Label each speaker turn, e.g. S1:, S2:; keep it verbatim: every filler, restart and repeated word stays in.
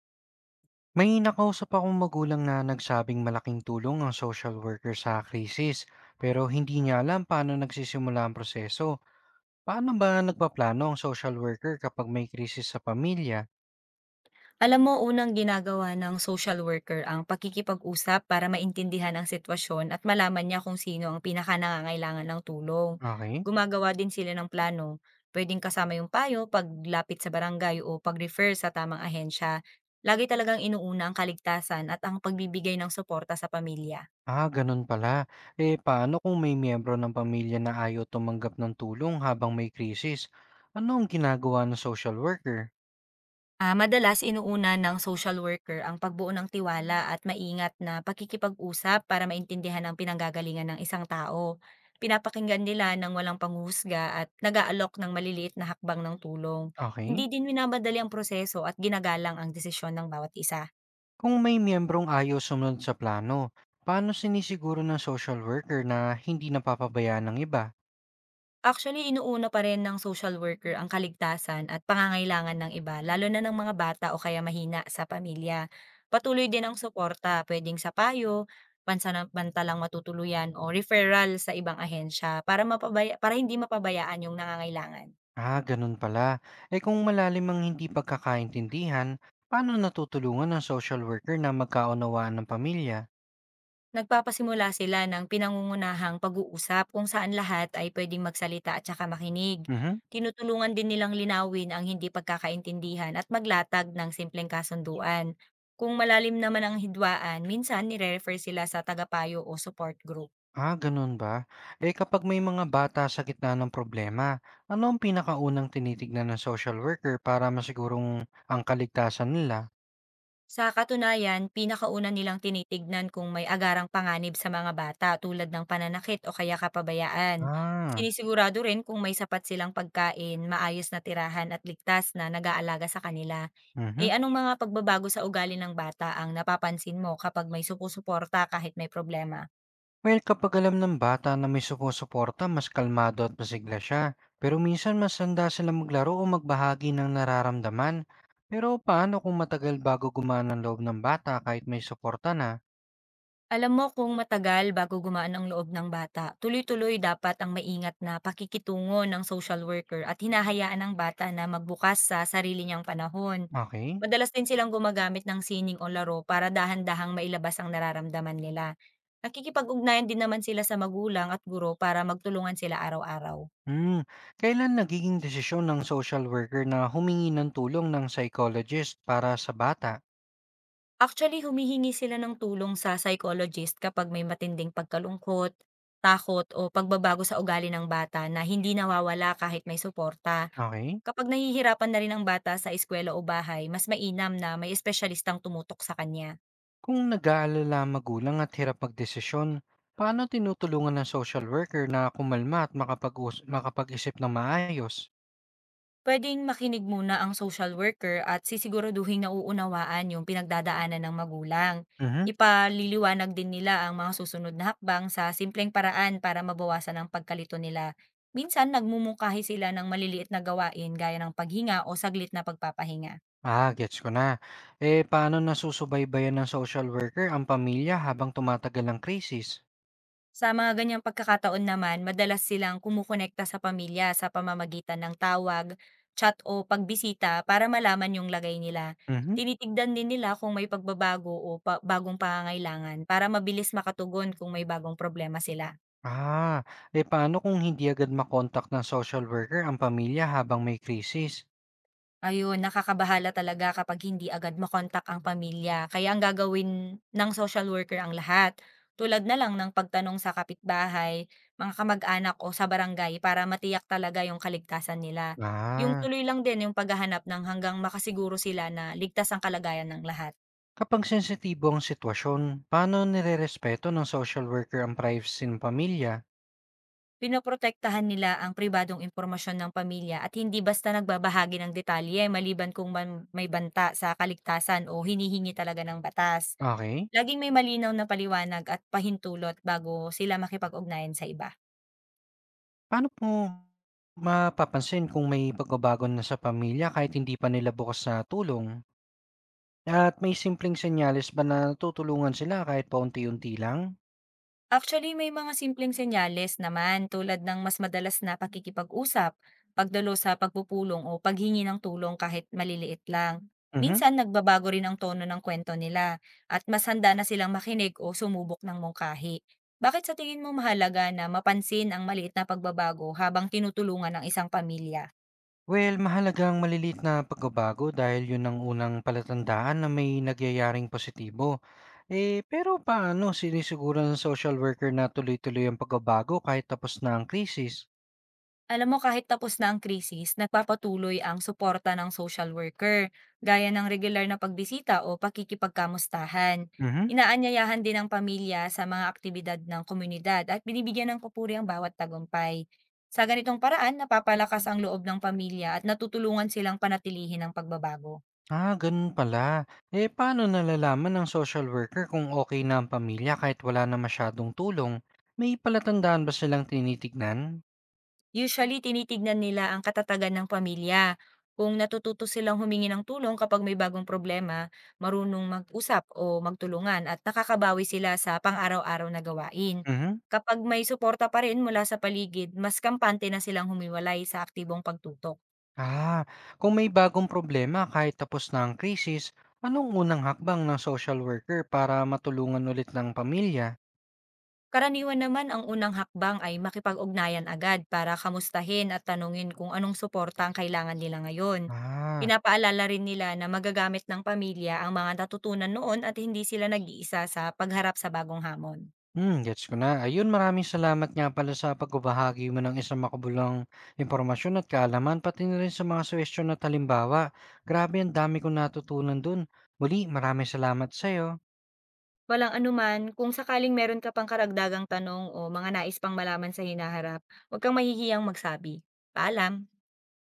S1: May nakausap akong magulang na nagsabing malaking tulong ang social worker sa krisis, pero hindi niya alam paano nagsisimula ang proseso. Paano ba nagpaplano ang social worker kapag may krisis sa pamilya?
S2: Alam mo, unang ginagawa ng social worker ang pakikipag-usap para maintindihan ang sitwasyon at malaman niya kung sino ang pinaka-nangangailangan ng tulong.
S1: Okay.
S2: Gumagawa din sila ng plano. Pwedeng kasama yung payo, paglapit sa barangay o pag-refer sa tamang ahensya. Lagi talagang inuuna ang kaligtasan at ang pagbibigay ng suporta sa pamilya.
S1: Ah, ganun pala. Eh, paano kung may miyembro ng pamilya na ayaw tumanggap ng tulong habang may krisis? Ano ang ginagawa ng social worker?
S2: Ah, madalas inuuna ng social worker ang pagbuo ng tiwala at maingat na pakikipag-usap para maintindihan ang pinanggagalingan ng isang tao. Pinapakinggan nila ng walang panghusga at nag-aalok ng maliliit na hakbang ng tulong. Hindi
S1: Okay.
S2: din minamadali ang proseso at ginagalang ang desisyon ng bawat isa.
S1: Kung may miyembrong ayaw sumunod sa plano, paano sinisiguro ng social worker na hindi napapabayaan ng iba?
S2: Actually, inuuna pa rin ng social worker ang kaligtasan at pangangailangan ng iba, lalo na ng mga bata o kaya mahina sa pamilya. Patuloy din ang suporta, pwedeng sa payo, pansamantalang matutuluyan o referral sa ibang ahensya para mapabaya para hindi mapabayaan yung nangangailangan.
S1: Ah, ganun pala. Eh kung malalim ang hindi pagkakaintindihan, paano natutulungan ng social worker na magkaunawaan ng pamilya?
S2: Nagpapasimula sila ng pinangungunahang pag-uusap kung saan lahat ay pwedeng magsalita at saka makinig.
S1: Mhm.
S2: Tinutulungan din nilang linawin ang hindi pagkakaintindihan at maglatag ng simpleng kasunduan. Kung malalim naman ang hidwaan, minsan nire-refer sila sa tagapayo o support group.
S1: Ah, ganun ba? Eh kapag may mga bata sa gitna ng problema, ano ang pinakaunang tinitignan ng social worker para masigurong ang kaligtasan nila?
S2: Sa katunayan, pinakauna nilang tinitignan kung may agarang panganib sa mga bata tulad ng pananakit o kaya kapabayaan.
S1: Ah,
S2: Sinisigurado rin kung may sapat silang pagkain, maayos na tirahan at ligtas na nag-aalaga sa kanila. Eh
S1: mhm.
S2: anong mga pagbabago sa ugali ng bata ang napapansin mo kapag may supusuporta kahit may problema?
S1: Well, kapag alam ng bata na may sumusuporta, mas kalmado at masigla siya. Pero minsan mas handa sila maglaro o magbahagi ng nararamdaman. Pero paano kung matagal bago gumana ang loob ng bata kahit may suporta na?
S2: Alam mo, kung matagal bago gumaan ang loob ng bata, tuloy-tuloy dapat ang maingat na pakikitungo ng social worker at hinahayaan ang bata na magbukas sa sarili niyang panahon.
S1: Okay?
S2: Madalas din silang gumagamit ng sining o laro para dahan-dahang mailabas ang nararamdaman nila. Nakikipag-ugnayan din naman sila sa magulang at guro para magtulungan sila araw-araw.
S1: Hmm. Kailan nagiging desisyon ng social worker na humingi ng tulong ng psychologist para sa bata?
S2: Actually, humihingi sila ng tulong sa psychologist kapag may matinding pagkalungkot, takot o pagbabago sa ugali ng bata na hindi nawawala kahit may suporta.
S1: Okay?
S2: Kapag nahihirapan na rin ang bata sa eskuwela o bahay, mas mainam na may espesyalistang tumutok sa kanya.
S1: Kung nag-aalala ang magulang at hirap magdesisyon, paano tinutulungan ng social worker na kumalma at makapag-us- makapag-isip ng maayos?
S2: Pwedeng makinig muna ang social worker at sisiguraduhin na uunawaan yung pinagdadaanan ng magulang.
S1: Mhm.
S2: Ipaliliwanag din nila ang mga susunod na hakbang sa simpleng paraan para mabawasan ang pagkalito nila. Minsan nagmumungkahi sila ng maliliit na gawain gaya ng paghinga o saglit na pagpapahinga.
S1: Ah, gets ko na. Eh, paano nasusubaybayan ng social worker ang pamilya habang tumatagal ang krisis?
S2: Sa mga ganyang pagkakataon naman, madalas silang kumukonekta sa pamilya sa pamamagitan ng tawag, chat o pagbisita para malaman yung lagay nila.
S1: Mhm.
S2: Tinitigdan din nila kung may pagbabago o pa- bagong pangangailangan para mabilis makatugon kung may bagong problema sila.
S1: Ah, eh paano kung hindi agad makontak ng social worker ang pamilya habang may krisis?
S2: Ayun, nakakabahala talaga kapag hindi agad makontak ang pamilya. Kaya ang gagawin ng social worker ang lahat. Tulad na lang ng pagtanong sa kapitbahay, mga kamag-anak o sa barangay para matiyak talaga yung kaligtasan nila. Yung
S1: Ah,
S2: tuloy lang din yung paghahanap ng hanggang makasiguro sila na ligtas ang kalagayan ng lahat.
S1: kapag sensitibo ang sitwasyon, paano nirerespeto ng social worker ang privacy ng pamilya?
S2: Pinoprotektahan nila ang pribadong impormasyon ng pamilya at hindi basta nagbabahagi ng detalye maliban kung man may banta sa kaligtasan o hinihingi talaga ng batas.
S1: Okay,
S2: Laging may malinaw na paliwanag at pahintulot bago sila makipag-ugnayan sa iba.
S1: paano po mapapansin kung may pagbabago na sa pamilya kahit hindi pa nila bukas na tulong? At may simpleng senyales ba na natutulungan sila kahit paunti-unti lang?
S2: Actually, may mga simpleng senyales naman tulad ng mas madalas na pakikipag-usap, pagdalo sa pagpupulong o paghingi ng tulong kahit maliliit lang.
S1: Mhm.
S2: Minsan, nagbabago rin ang tono ng kwento nila, at mas handa na silang makinig o sumubok ng mungkahi. Bakit sa tingin mo mahalaga na mapansin ang maliit na pagbabago habang tinutulungan ng isang pamilya?
S1: Well, mahalagang ang maliliit na pagbabago dahil yun ang unang palatandaan na may nagyayaring positibo. Eh, pero paano sinisiguro ng social worker na tuloy-tuloy ang pagbabago kahit tapos na ang krisis?
S2: Alam mo, kahit tapos na ang krisis, nagpapatuloy ang suporta ng social worker, gaya ng regular na pagbisita o pakikipagkamustahan.
S1: Mhm.
S2: Inaanyayahan din ang pamilya sa mga aktibidad ng komunidad at binibigyan ng papuri ang bawat tagumpay. Sa ganitong paraan, napapalakas ang loob ng pamilya at natutulungan silang panatilihin ang pagbabago.
S1: Ah, ganun pala. Eh, paano nalalaman ng social worker kung okay na ang pamilya kahit wala na masyadong tulong? May palatandaan ba silang tinitignan?
S2: Usually, tinitignan nila ang katatagan ng pamilya. Kung natututo silang humingi ng tulong kapag may bagong problema, marunong mag-usap o magtulungan at nakakabawi sila sa pang-araw-araw na gawain.
S1: Mhm.
S2: Kapag may suporta pa rin mula sa paligid, mas kampante na silang humiwalay sa aktibong pagtuto.
S1: Ah, kung may bagong problema kahit tapos na ang krisis, anong unang hakbang ng social worker para matulungan ulit ng pamilya?
S2: Karaniwan naman, ang unang hakbang ay makipag-ugnayan agad para kamustahin at tanungin kung anong suporta ang kailangan nila ngayon.
S1: Ah,
S2: Pinapaalala rin nila na magagamit ng pamilya ang mga natutunan noon at hindi sila nag-iisa sa pagharap sa bagong hamon.
S1: hmm, gets ko na. Ayun, maraming salamat nga pala sa pagbabahagi mo ng isang makabulang impormasyon at kaalaman, pati na rin sa mga suwestyon at halimbawa. Grabe, ang dami kong natutunan dun. Muli, maraming salamat sa'yo.
S2: Walang anuman, kung sakaling meron ka pang karagdagang tanong o mga nais pang malaman sa hinaharap, huwag kang mahihiyang magsabi. Paalam!